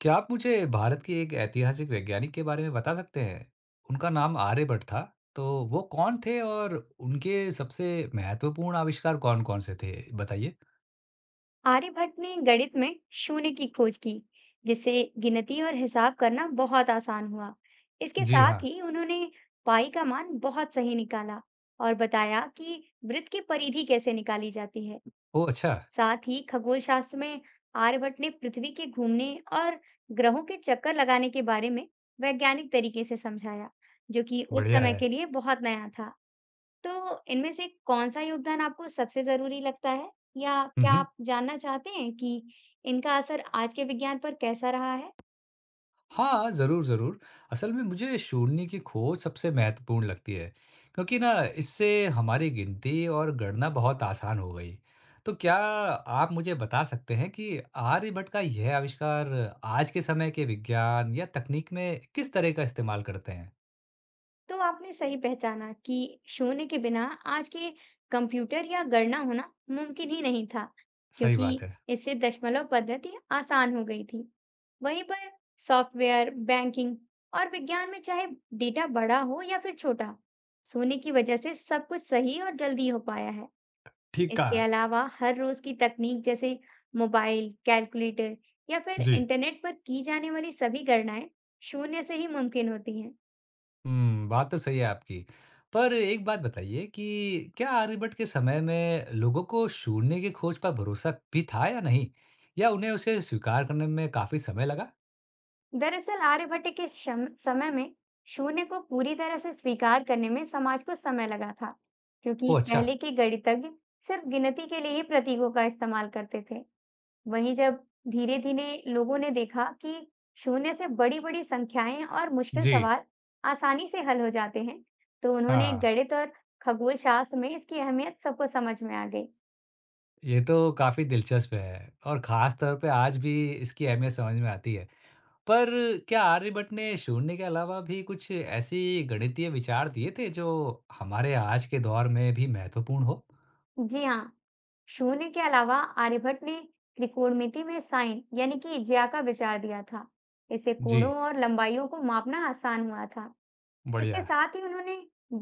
क्या आप मुझे भारत के एक ऐतिहासिक वैज्ञानिक के बारे में बता सकते हैं? उनका नाम आर्यभट्ट था, तो वो कौन थे और उनके सबसे महत्वपूर्ण आविष्कार कौन-कौन से थे? बताइए। आर्यभट्ट ने गणित में शून्य की खोज की, जिससे गिनती और हिसाब करना बहुत आसान हुआ। इसके जी साथ हाँ। ही उन्होंने पाई का मान बहुत सही निकाला और बताया कि वृत्त की परिधि कैसे निकाली जाती है। ओह! अच्छा, साथ ही खगोल शास्त्र में आर्यभट्ट ने पृथ्वी के घूमने और ग्रहों के चक्कर लगाने के बारे में वैज्ञानिक तरीके से समझाया, जो कि उस बढ़िया समय है। के लिए बहुत नया था। तो इनमें से कौन-सा योगदान आपको सबसे ज़रूरी लगता है? या हुँ, क्या हुँ। आप जानना चाहते हैं कि इनका असर आज के विज्ञान पर कैसा रहा है? हाँ, ज़रूर, ज़रूर। असल में मुझे शून्य की खोज सबसे महत्वपूर्ण लगती है, क्योंकि ना इससे हमारी गिनती और गणना बहुत आसान हो गई। तो क्या आप मुझे बता सकते हैं कि आर्यभट्ट का यह आविष्कार आज के समय के विज्ञान या तकनीक में किस तरह का इस्तेमाल करते हैं? तो आपने सही पहचाना कि शून्य के बिना आज के कंप्यूटर या गणना होना मुमकिन ही नहीं था, सही बात क्योंकि है। इससे दशमलव पद्धति आसान हो गई थी। वहीं पर सॉफ्टवेयर, बैंकिंग और विज्ञान में चाहे डेटा बड़ा हो या फिर छोटा, शून्य की वजह से सब कुछ सही और जल्दी हो पाया है। ठीक इसके कहा। अलावा हर रोज की तकनीक जैसे मोबाइल, कैलकुलेटर या फिर जी। इंटरनेट पर की जाने वाली सभी गणनाएं शून्य से ही मुमकिन होती हैं। हुँ, बात तो सही है आपकी। पर एक बात बताइए कि क्या आर्यभट्ट के समय में लोगों को शून्य की खोज पर भरोसा भी था या नहीं? या उन्हें उसे स्वीकार करने में काफ़ी समय लगा? दरअसल आर्यभट्ट के समय में शून्य को पूरी तरह से स्वीकार करने में समाज को समय लगा था, क्योंकि ओह अच्छा, पहले के गणितज्ञ सिर्फ गिनती के लिए ही प्रतीकों का इस्तेमाल करते थे। वहीं जब धीरे धीरे लोगों ने देखा कि शून्य से बड़ी बड़ी संख्याएं और मुश्किल जी, सवाल आसानी से हल हो जाते हैं, तो उन्होंने हाँ, गणित और खगोल शास्त्र में इसकी अहमियत सबको समझ में आ गई। ये तो काफ़ी दिलचस्प है और ख़ास तौर पे आज भी इसकी अहमियत समझ में आती है। पर क्या आर्यभट्ट ने शून्य के अलावा भी कुछ ऐसी गणितीय विचार दिए थे जो हमारे आज के दौर में भी महत्वपूर्ण हो? जी हाँ, शून्य के अलावा आर्यभट्ट ने त्रिकोणमिति में साइन यानी कि ज्या का विचार दिया था। इससे जी, कोणों और लंबाइयों को मापना आसान हुआ था। इसके बढ़िया, साथ ही उन्होंने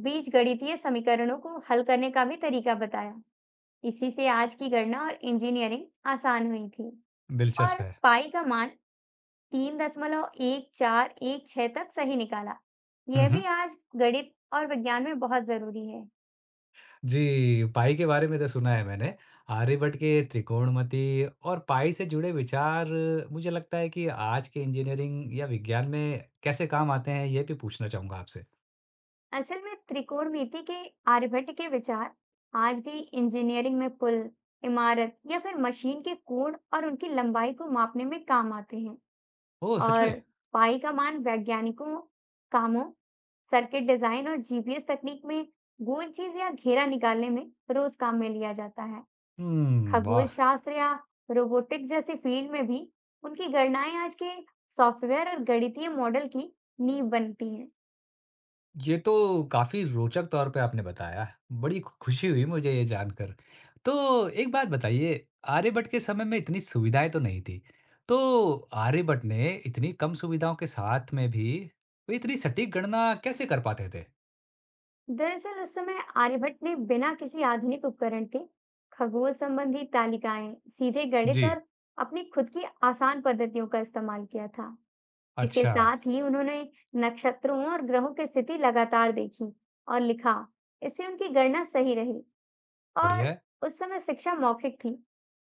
बीजगणितीय समीकरणों को हल करने का भी तरीका बताया। इसी से आज की गणना और इंजीनियरिंग आसान हुई थी। दिलचस्प और है। पाई का मान 3.1416 तक सही निकाला। हुँ, यह भी हुँ। आज गणित और विज्ञान में बहुत जरूरी है। जी, पाई के बारे में तो सुना है मैंने। आर्यभट्ट के त्रिकोणमिति और पाई से जुड़े विचार मुझे लगता है कि आज के इंजीनियरिंग या विज्ञान में कैसे काम आते हैं, ये भी पूछना चाहूँगा आपसे। असल में त्रिकोणमिति के आर्यभट्ट के विचार आज भी इंजीनियरिंग में पुल, इमारत या फिर मशीन के कोण और उनकी लंबाई को मापने में काम आते हैं। ओह! सच और में? पाई का मान वैज्ञानिकों कामों, सर्किट डिजाइन और जीपीएस तकनीक में गोल चीज या घेरा निकालने में रोज काम में लिया जाता है। हुँ, खगोल वाह! शास्त्र या रोबोटिक्स जैसे फील्ड में भी उनकी गणनाएं आज के सॉफ्टवेयर और गणितीय मॉडल की नींव बनती हैं। ये तो काफ़ी रोचक तौर पे आपने बताया। बड़ी खु खुशी हुई मुझे ये जानकर। तो एक बात बताइए, आर्यभट्ट के समय में इतनी सुविधाएँ तो नहीं थी। तो आर्यभट्ट ने इतनी कम सुविधाओं के साथ में भी, वे इतनी सटीक गणना कैसे कर पाते थे? दरअसल उस समय आर्यभट्ट ने बिना किसी आधुनिक उपकरण के खगोल संबंधी तालिकाएं सीधे गणित जी। और अपनी खुद की आसान पद्धतियों का इस्तेमाल किया था। इसके अच्छा, साथ ही उन्होंने नक्षत्रों और ग्रहों की स्थिति लगातार देखी और लिखा। इससे उनकी गणना सही रही। बढ़िया और है। उस समय शिक्षा मौखिक थी,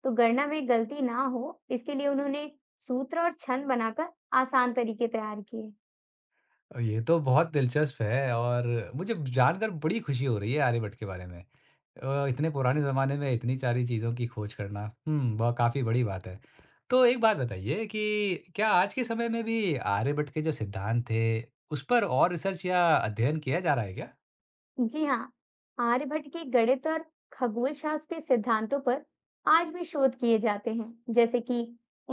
तो गणना में गलती ना हो, इसके लिए उन्होंने सूत्र और छंद बनाकर आसान तरीके तैयार किए। ये तो बहुत दिलचस्प है और मुझे जानकर बड़ी खुशी हो रही है आर्यभट्ट के बारे में। इतने पुराने ज़माने में इतनी सारी चीज़ों की खोज करना, हुँ, ब काफ़ी बड़ी बात है। तो एक बात बताइए कि क्या आज के समय में भी आर्यभट्ट के जो सिद्धांत थे, उस पर और रिसर्च या अध्ययन किया जा रहा है क्या? जी हाँ, आर्यभट्ट के गणित और खगोल शास्त्र के सिद्धांतों पर आज भी शोध किए जाते हैं, जैसे कि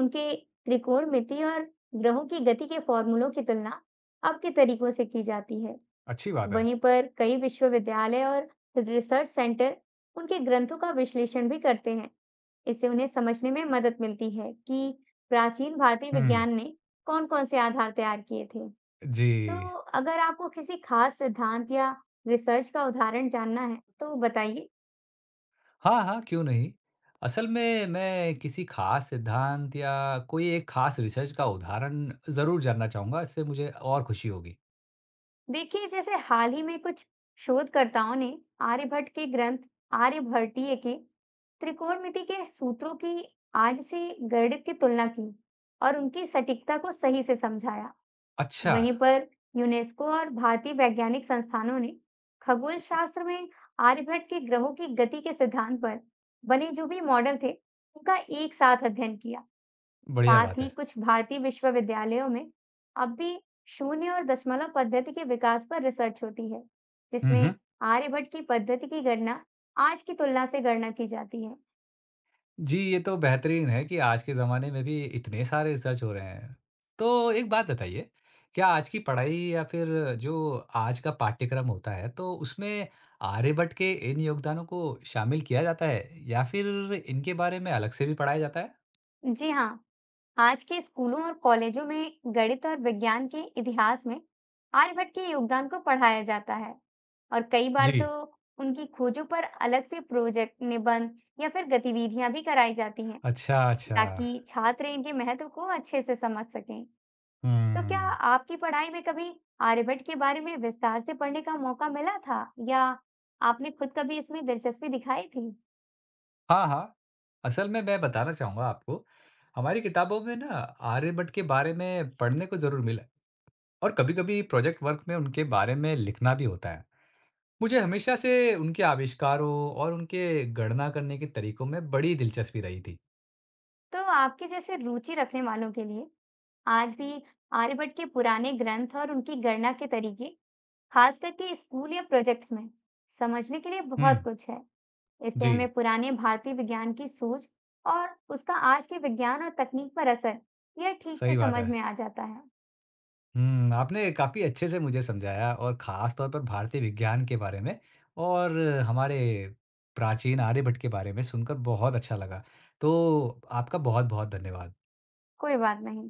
उनके त्रिकोणमिति और ग्रहों की गति के फॉर्मूलों की तुलना अब के तरीकों से की जाती है। अच्छी बात है। वहीं पर कई विश्वविद्यालय और रिसर्च सेंटर उनके ग्रंथों का विश्लेषण भी करते हैं। इससे उन्हें समझने में मदद मिलती है कि प्राचीन भारतीय हुँ, विज्ञान ने कौन-कौन से आधार तैयार किए थे। तो जी। अगर आपको किसी खास सिद्धांत या रिसर्च का उदाहरण जानना है तो बताइए। हाँ, हाँ, क्यों नहीं? असल में मैं किसी ख़ास सिद्धांत या कोई एक ख़ास रिसर्च का उदाहरण ज़रूर जानना चाहूँगा, इससे मुझे और खुशी होगी। देखिए, जैसे हाल ही में कुछ शोधकर्ताओं ने आर्यभट्ट के ग्रंथ आर्यभट्टीय के त्रिकोणमिति के सूत्रों की आज से गणित की तुलना की और उनकी सटीकता को सही से समझाया। अच्छा, वहीं पर यूनेस्को और भारतीय वैज्ञानिक संस्थानों ने खगोल शास्त्र में आर्यभट्ट के ग्रहों की गति के सिद्धांत पर बने जो भी मॉडल थे, उनका एक साथ अध्ययन किया। बढ़िया साथ बात ही है। कुछ भारतीय विश्वविद्यालयों में अब भी शून्य और दशमलव पद्धति के विकास पर रिसर्च होती है, हुँ, हुँ। जिसमें आर्यभट्ट की पद्धति की गणना आज की तुलना से गणना की जाती है। जी, ये तो बेहतरीन है कि आज के ज़माने में भी इतने सारे रिसर्च हो रहे हैं। तो एक बात बताइए, क्या आज की पढ़ाई या फिर जो आज का पाठ्यक्रम होता है, तो उसमें आर्यभट्ट के इन योगदानों को शामिल किया जाता है या फिर इनके बारे में अलग से भी पढ़ाया जाता है? जी हाँ, आज के स्कूलों और कॉलेजों में गणित और विज्ञान के इतिहास में आर्यभट्ट के योगदान को पढ़ाया जाता है और कई बार तो जी। उनकी खोजों पर अलग से प्रोजेक्ट, निबंध या फिर गतिविधियां भी कराई जाती हैं, अच्छा, अच्छा। ताकि छात्र इनके महत्व को अच्छे से समझ सकें। तो क्या हुँ। आपकी पढ़ाई में कभी आर्यभट्ट के बारे में विस्तार से पढ़ने का मौका मिला था या आपने खुद कभी इसमें दिलचस्पी दिखाई थी? हाँ, हाँ। असल में मैं बताना चाहूँगा आपको, हमारी किताबों में ना आर्यभट्ट के बारे में पढ़ने को ज़रूर मिला और कभी-कभी प्रोजेक्ट वर्क में उनके बारे में लिखना भी होता है। मुझे हमेशा से उनके आविष्कारों और उनके गणना करने के तरीकों में बड़ी दिलचस्पी रही थी। तो आपके जैसे रुचि रखने वालों के लिए आज भी आर्यभट्ट के पुराने ग्रंथ और उनकी गणना के तरीके, खास करके स्कूल या प्रोजेक्ट्स में, समझने के लिए बहुत हुँ। कुछ है। इससे जी, हमें पुराने भारतीय विज्ञान की सोच और उसका आज के विज्ञान और तकनीक पर असर, यह ठीक से सही बात समझ है। में आ जाता है। हुँ, आपने काफ़ी अच्छे से मुझे समझाया और ख़ास तौर पर भारतीय विज्ञान के बारे में और हमारे प्राचीन आर्यभट्ट के बारे में सुनकर बहुत अच्छा लगा। तो आपका बहुत-बहुत धन्यवाद। कोई बात नहीं।